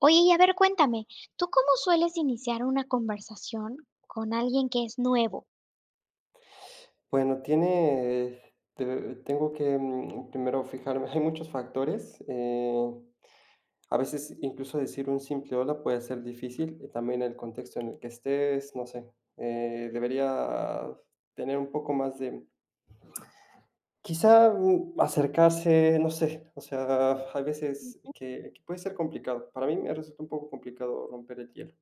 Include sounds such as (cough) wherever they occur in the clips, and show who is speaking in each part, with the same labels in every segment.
Speaker 1: Oye, y a ver, cuéntame, ¿tú cómo sueles iniciar una conversación con alguien que es nuevo?
Speaker 2: Bueno, tiene, te tengo que, mm, primero fijarme, (laughs) hay muchos factores, a veces incluso decir un simple hola puede ser difícil, también el contexto en el que estés, no sé, debería tener un poco más de, quizá acercarse, no sé, o sea, hay veces
Speaker 1: Mm,
Speaker 2: que puede ser complicado, para mí me resulta un poco complicado romper el hielo.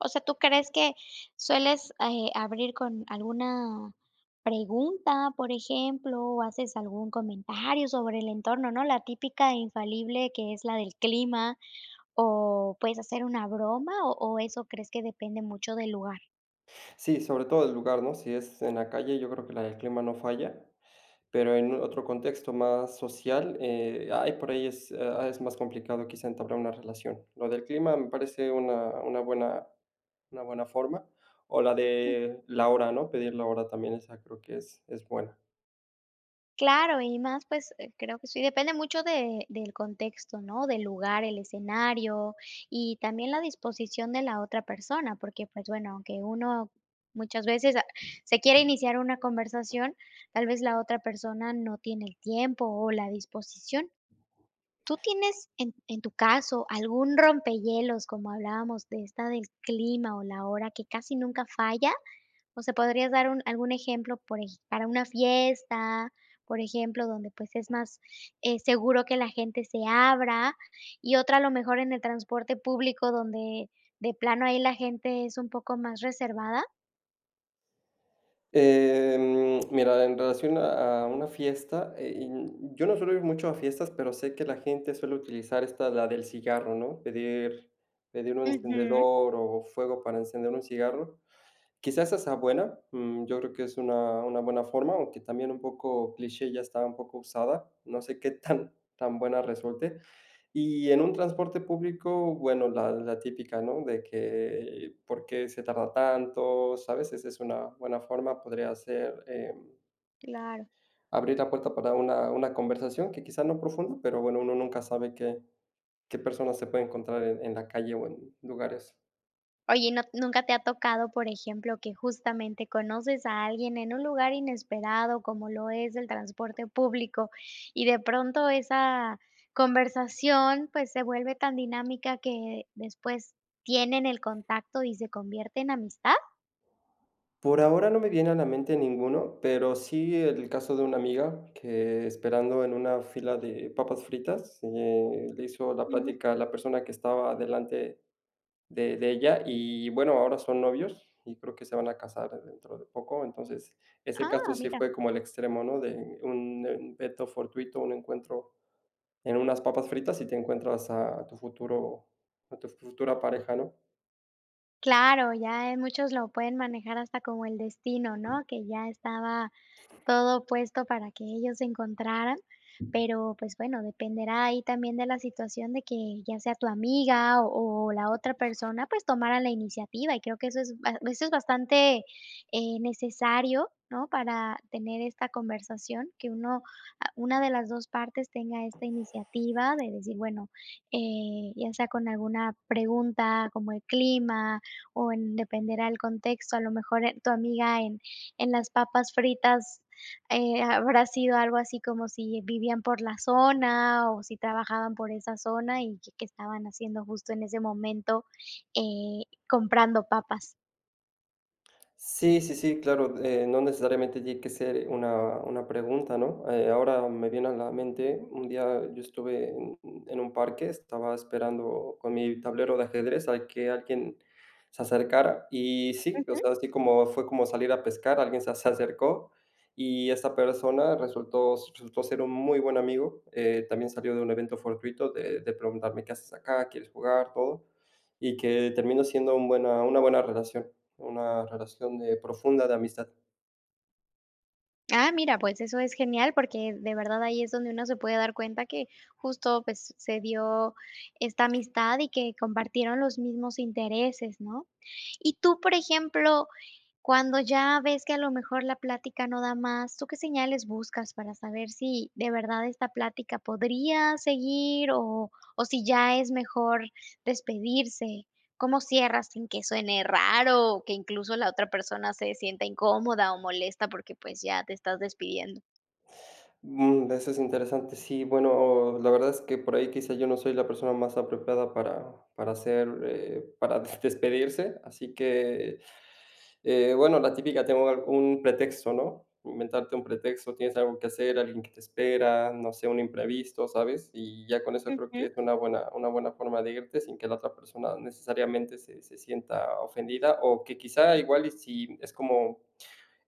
Speaker 1: o sea, ¿tú crees que sueles, abrir con alguna pregunta, por ejemplo, o haces algún comentario sobre el entorno, ¿no? La típica e infalible que es la del clima, o puedes hacer una broma, o eso crees que depende mucho del lugar.
Speaker 2: Sí, sobre todo el lugar, ¿no? Si es en la calle, yo creo que el clima no falla. Pero en otro contexto más social, por ahí es, es más complicado quizá entablar una relación. Lo del clima me parece una buena forma. O la de la hora, ¿no? Pedir la hora también, esa creo que es buena.
Speaker 1: Claro, y más, pues, creo que sí, depende mucho de del contexto, ¿no? Del lugar, el escenario y también la disposición de la otra persona, porque, pues, bueno, aunque uno muchas veces, se quiere iniciar una conversación, tal vez la otra persona no tiene el tiempo o la disposición. ¿Tú tienes, en tu caso, algún rompehielos, como hablábamos de esta del clima o la hora que casi nunca falla? O sea, ¿podrías dar un algún ejemplo, por ej para una fiesta, por ejemplo, donde, pues, es más, seguro que la gente se abra? Y otra, a lo mejor, en el transporte público, donde de plano ahí la gente es un poco más reservada.
Speaker 2: Mira, en relación a una fiesta, yo no suelo ir mucho a fiestas, pero sé que la gente suele utilizar esta, la del cigarro, ¿no? Pedir un
Speaker 1: Ujú,
Speaker 2: encendedor o fuego para encender un cigarro. Quizás esa sea buena, yo creo que es una buena forma, aunque también un poco cliché, ya está un poco usada, no sé qué tan buena resulte. Y en un transporte público, bueno, la típica, ¿no? De que, ¿por qué se tarda tanto? ¿Sabes? Esa es una buena forma, podría ser,
Speaker 1: claro.
Speaker 2: abrir la puerta para una conversación que quizás no profunda, pero bueno, uno nunca sabe qué qué personas se puede encontrar en la calle o en lugares.
Speaker 1: Oye, ¿y nunca te ha tocado, por ejemplo, que justamente conoces a alguien en un lugar inesperado, como lo es el transporte público, y de pronto esa conversación, pues, se vuelve tan dinámica que después tienen el contacto y se convierte en amistad?
Speaker 2: Por ahora no me viene a la mente ninguno, pero sí el caso de una amiga que esperando en una fila de papas fritas, le hizo la
Speaker 1: Ujú.
Speaker 2: plática a la persona que estaba delante de ella y bueno, ahora son novios y creo que se van a casar dentro de poco. Entonces, ese caso
Speaker 1: Ah,
Speaker 2: sí
Speaker 1: mira.
Speaker 2: fue como el extremo, ¿no? De un evento fortuito, un encuentro en unas papas fritas y te encuentras a tu futuro, a tu futura pareja, ¿no?
Speaker 1: Claro, ya, muchos lo pueden manejar hasta como el destino, ¿no? Que ya estaba todo puesto para que ellos se encontraran, pero, pues, bueno, dependerá ahí también de la situación de que ya sea tu amiga o la otra persona, pues, tomara la iniciativa, y creo que eso es ba eso es bastante, necesario, ¿no?, para tener esta conversación, que uno una de las 2 partes tenga esta iniciativa de decir, bueno, ya sea con alguna pregunta como el clima o en dependerá el contexto, a lo mejor, tu amiga en las papas fritas habrá sido algo así como si vivían por la zona o si trabajaban por esa zona y que estaban haciendo justo en ese momento eh, comprando papas.
Speaker 2: Sí, sí, sí, claro, no necesariamente tiene que ser una pregunta, ¿no? Ahora me viene a la mente, un día yo estuve en un parque, estaba esperando con mi tablero de ajedrez a que alguien se acercara y sí, o
Speaker 1: Ujú.
Speaker 2: sea, así como fue como salir a pescar, se acercó y esta persona resultó ser un muy buen amigo, también salió de un evento fortuito de preguntarme qué haces acá, quieres jugar, todo, y que terminó siendo un buena, una buena relación. Una relación de profunda de amistad.
Speaker 1: Ah, mira, pues eso es genial porque de verdad ahí es donde uno se puede dar cuenta que justo pues se dio esta amistad y que compartieron los mismos intereses, ¿no? Y tú, por ejemplo, cuando ya ves que a lo mejor la plática no da más, ¿tú qué señales buscas para saber si de verdad esta plática podría seguir o, si ya es mejor despedirse? ¿Cómo cierras sin que suene raro o que incluso la otra persona se sienta incómoda o molesta porque pues ya te estás despidiendo?
Speaker 2: Eso es interesante. Sí, bueno, la verdad es que por ahí quizá yo no soy la persona más apropiada para hacer, para (laughs) despedirse, así que, bueno, la típica, tengo algún pretexto, ¿no? Inventarte un pretexto, tienes algo que hacer, alguien que te espera, no sé, un imprevisto, ¿sabes? Y ya con eso creo que es una buena forma de irte sin que la otra persona necesariamente se sienta ofendida, o que quizá igual y si es como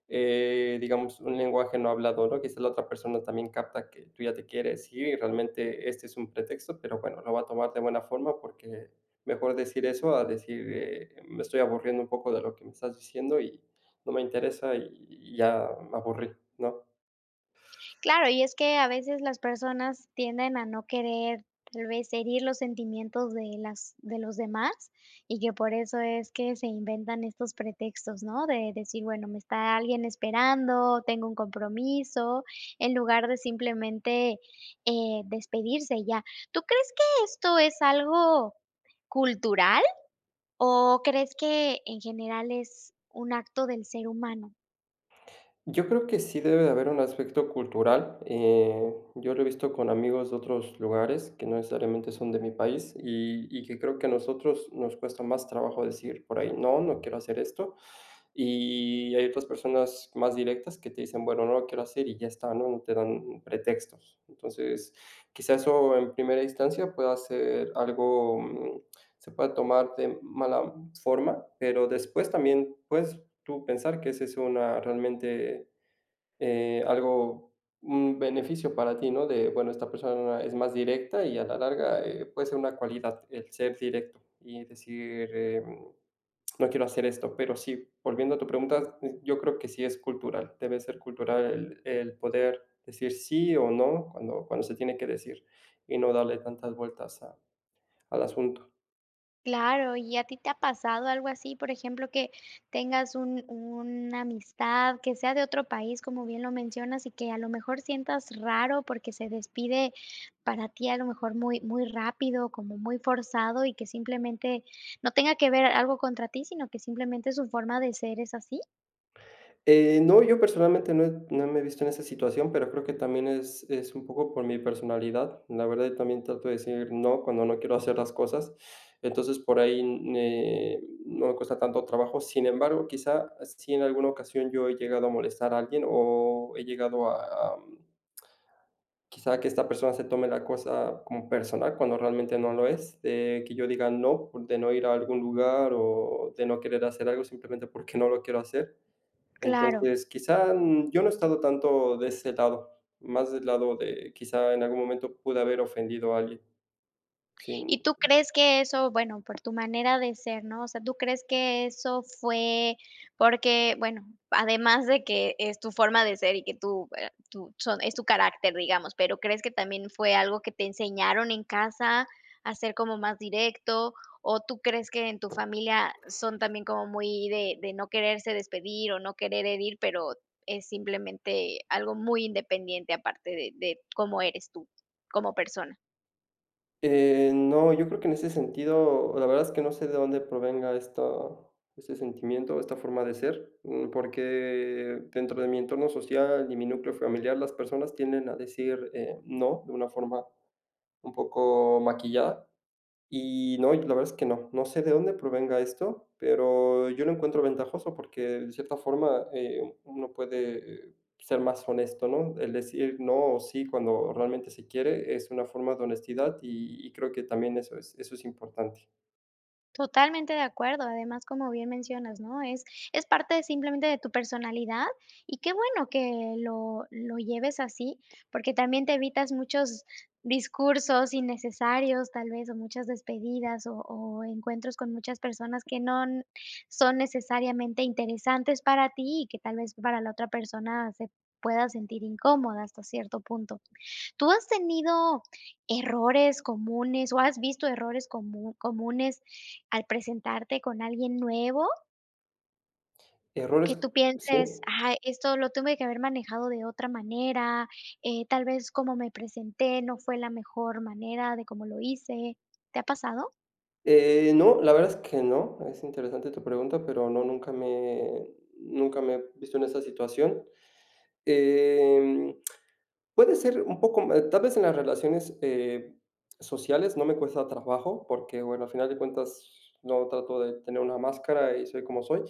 Speaker 2: digamos, un lenguaje no hablado, ¿no? Quizás la otra persona también capta que tú ya te quieres ir y realmente este es un pretexto, pero bueno, lo va a tomar de buena forma porque mejor decir eso a decir, me estoy aburriendo un poco de lo que me estás diciendo y no me interesa y ya me aburrí, ¿no?
Speaker 1: Claro, y es que a veces las personas tienden a no querer tal vez herir los sentimientos de las de los demás y que por eso es que se inventan estos pretextos, ¿no? De decir, bueno, me está alguien esperando, tengo un compromiso, en lugar de simplemente despedirse y ya. ¿Tú crees que esto es algo cultural o crees que en general es un acto del ser humano?
Speaker 2: Yo creo que sí debe de haber un aspecto cultural, yo lo he visto con amigos de otros lugares que no necesariamente son de mi país y que creo que a nosotros nos cuesta más trabajo decir por ahí: "No, no quiero hacer esto", y hay otras personas más directas que te dicen: "Bueno, no lo quiero hacer", y ya está, ¿no? No te dan pretextos. Entonces, quizá eso en primera instancia pueda ser algo, se puede tomar de mala forma, pero después también puedes tú pensar que ese es una realmente eh, algo, un beneficio para ti, ¿no? De, bueno, esta persona es más directa y a la larga puede ser una cualidad el ser directo y decir, no quiero hacer esto, pero sí, volviendo a tu pregunta, yo creo que sí es cultural, debe ser cultural el poder decir sí o no cuando se tiene que decir y no darle tantas vueltas a- al asunto.
Speaker 1: Claro, ¿y a ti te ha pasado algo así? Por ejemplo, que tengas un una amistad que sea de otro país, como bien lo mencionas, y que a lo mejor sientas raro porque se despide para ti a lo mejor muy muy rápido, como muy forzado, y que simplemente no tenga que ver algo contra ti, sino que simplemente su forma de ser es así.
Speaker 2: No, yo personalmente no, no me he visto en esa situación, pero creo que también es un poco por mi personalidad. La verdad, yo también trato de decir no cuando no quiero hacer las cosas. Entonces, por ahí eh, no me cuesta tanto trabajo. Sin embargo, quizá si en alguna ocasión yo he llegado a molestar a alguien o he llegado a, quizá que esta persona se tome la cosa como personal cuando realmente no lo es, de que yo diga no, por de no ir a algún lugar o de no querer hacer algo simplemente porque no lo quiero hacer
Speaker 1: Claro.
Speaker 2: entonces, quizá, yo no he estado tanto de ese lado, más del lado de quizá en algún momento pude haber ofendido a alguien, sin
Speaker 1: ¿Y tú crees que eso, bueno, por tu manera de ser, no? O sea, ¿tú crees que eso fue porque, bueno, además de que es tu forma de ser y que tú, tú son es tu carácter, digamos, pero crees que también fue algo que te enseñaron en casa a ser como más directo? ¿O tú crees que en tu familia son también como muy de no quererse despedir o no querer herir, pero es simplemente algo muy independiente aparte de cómo eres tú como persona?
Speaker 2: no, yo creo que en ese sentido, la verdad es que no sé de dónde provenga esta este sentimiento, esta forma de ser, porque dentro de mi entorno social y mi núcleo familiar, las personas tienden a decir, no, de una forma un poco maquillada. Y no, y la verdad es que no. No sé de dónde provenga esto, pero yo lo encuentro ventajoso porque de cierta forma, uno puede, ser más honesto, ¿no? El decir no o sí cuando realmente se quiere es una forma de honestidad y creo que también eso es importante.
Speaker 1: Totalmente de acuerdo, además, como bien mencionas, ¿no? Es parte simplemente de tu personalidad y qué bueno que lo lleves así, porque también te evitas muchos discursos innecesarios, tal vez, o muchas despedidas o encuentros con muchas personas que no n- son necesariamente interesantes para ti y que tal vez para la otra persona se pueda sentir incómoda hasta cierto punto. ¿Tú has tenido errores comunes o has visto comunes al presentarte con alguien nuevo? Que
Speaker 2: Errores.
Speaker 1: tú
Speaker 2: ¿Sí?
Speaker 1: pienses, ah, esto lo tuve que haber manejado de otra manera, tal vez como me presenté no fue la mejor manera de cómo lo hice. ¿Te ha pasado?
Speaker 2: No, la verdad es que no. Es interesante tu pregunta, pero no, nunca me he visto en esa situación. Em Puede ser un poco, tal vez en las relaciones, sociales no me cuesta trabajo, porque, bueno, al final de cuentas no trato de tener una máscara y soy como soy,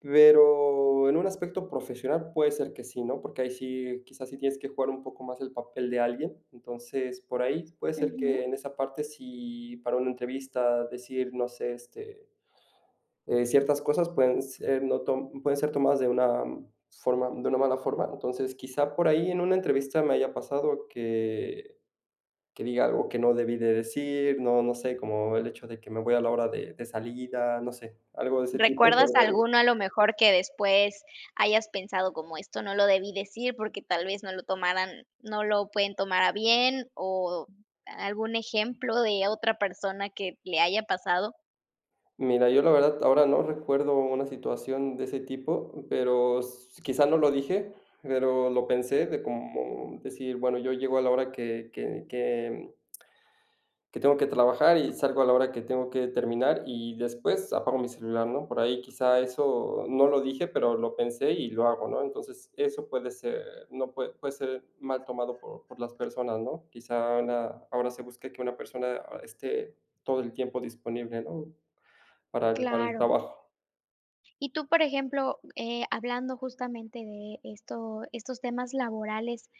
Speaker 2: pero en un aspecto profesional puede ser que sí, ¿no? Porque ahí sí, quizás sí tienes que jugar un poco más el papel de alguien. Entonces, por ahí puede ser que en esa parte, sí para una entrevista decir, no sé, este, ciertas cosas pueden ser, no tom pueden ser tomadas de una forma de una mala forma. Entonces, quizá por ahí en una entrevista me haya pasado que diga algo que no debí de decir, no no sé, como el hecho de que me voy a la hora de salida, no sé, algo de ese tipo
Speaker 1: ¿Recuerdas
Speaker 2: podría.
Speaker 1: alguno a lo mejor que después hayas pensado como esto no lo debí decir porque tal vez no lo pueden tomar a bien o algún ejemplo de otra persona que le haya pasado?
Speaker 2: Mira, yo la verdad ahora no recuerdo una situación de ese tipo, pero s quizá no lo dije, pero lo pensé de como decir, bueno, yo llego a la hora que tengo que trabajar y salgo a la hora que tengo que terminar y después apago mi celular, ¿no? Por ahí quizá eso no lo dije, pero lo pensé y lo hago, ¿no? Entonces, eso puede ser, no puede, puede ser mal tomado por las personas, ¿no? Ahora se busque que una persona esté todo el tiempo disponible, ¿no? Para para el
Speaker 1: Claro.
Speaker 2: trabajo.
Speaker 1: Y tú, por ejemplo, hablando justamente de esto, estos temas laborales,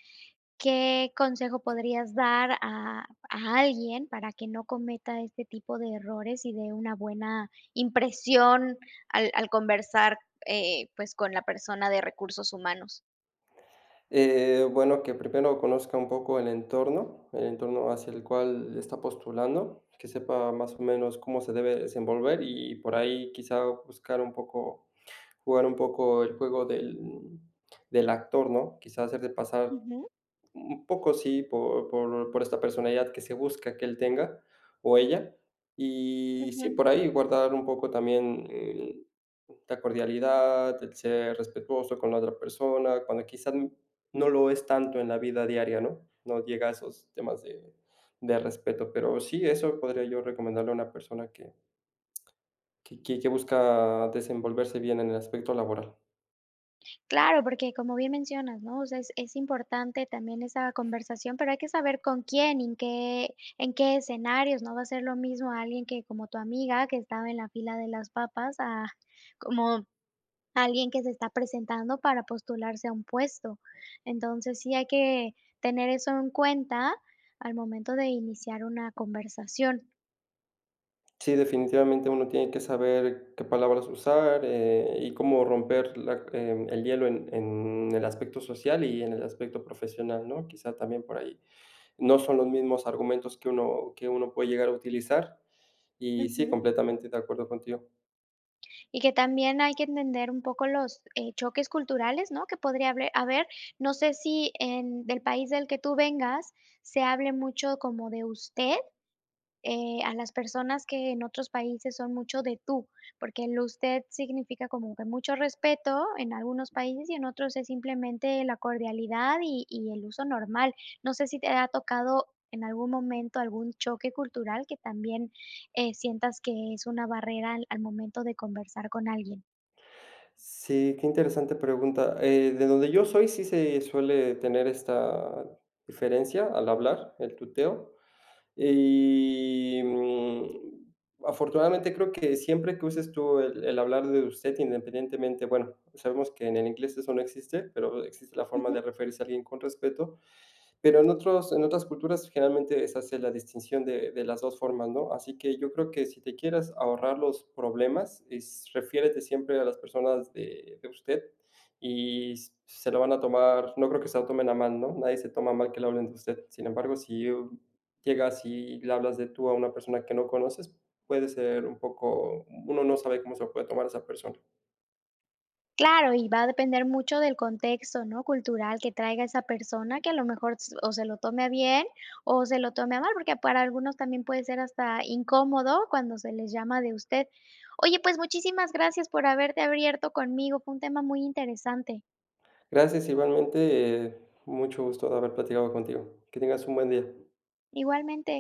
Speaker 1: ¿qué consejo podrías dar a alguien para que no cometa este tipo de errores y dé una buena impresión al conversar pues con la persona de recursos humanos?
Speaker 2: Bueno, que primero conozca un poco el entorno hacia el cual está postulando, que sepa más o menos cómo se debe desenvolver y por ahí quizá buscar un poco, jugar un poco el juego del actor, ¿no? Quizá hacerte pasar
Speaker 1: Ujú,
Speaker 2: un poco, sí, por esta personalidad que se busca que él tenga o ella. Y sí,
Speaker 1: ujú.
Speaker 2: por ahí guardar un poco también la cordialidad, el ser respetuoso con la otra persona, cuando quizás no lo es tanto en la vida diaria, ¿no? No llega a esos temas de respeto, pero sí, eso podría yo recomendarle a una persona que busca desenvolverse bien en el aspecto laboral.
Speaker 1: Claro, porque como bien mencionas, ¿no? O sea, es importante también esa conversación, pero hay que saber con quién en qué escenarios, no va a ser lo mismo a alguien que como tu amiga que estaba en la fila de las papas a como alguien que se está presentando para postularse a un puesto. Entonces, sí hay que tener eso en cuenta al momento de iniciar una conversación.
Speaker 2: Sí, definitivamente uno tiene que saber qué palabras usar, y cómo romper la el hielo en el aspecto social y en el aspecto profesional, ¿no? Quizá también por ahí. No son los mismos argumentos que uno puede llegar a utilizar. Y sí,
Speaker 1: Ujú.
Speaker 2: completamente de acuerdo contigo.
Speaker 1: Y que también hay que entender un poco los, choques culturales, ¿no?, que podría hable haber. No sé si en del país del que tú vengas se hable mucho como de usted, a las personas que en otros países son mucho de tú, porque el usted significa como que mucho respeto en algunos países y en otros es simplemente la cordialidad y, el uso normal. No sé si te ha tocado en algún momento algún choque cultural que también sientas que es una barrera al momento de conversar con alguien.
Speaker 2: Sí, qué interesante pregunta. De donde yo soy sí se suele tener esta diferencia al hablar, el tuteo. Y, afortunadamente creo que siempre que uses tú el hablar de usted, independientemente, bueno, sabemos que en el inglés eso no existe, pero existe la forma de referirse a alguien con respeto. Pero en otros en otras culturas generalmente se hace la distinción de las 2 formas, ¿no? Así que yo creo que si te quieres ahorrar los problemas, es refiérete siempre a las personas de usted y s se lo van a tomar, no creo que se lo tomen a mal, ¿no? Nadie se toma mal que le hablen de usted. Sin embargo, si llegas y le hablas de tú a una persona que no conoces, puede ser un poco, uno no sabe cómo se lo puede tomar esa persona.
Speaker 1: Claro, y va a depender mucho del contexto, ¿no?, cultural que traiga esa persona, que a lo mejor s o se lo tome a bien o se lo tome a mal, porque para algunos también puede ser hasta incómodo cuando se les llama de usted. Oye, pues muchísimas gracias por haberte abierto conmigo, fue un tema muy interesante.
Speaker 2: Gracias, igualmente, mucho gusto de haber platicado contigo. Que tengas un buen día.
Speaker 1: Igualmente.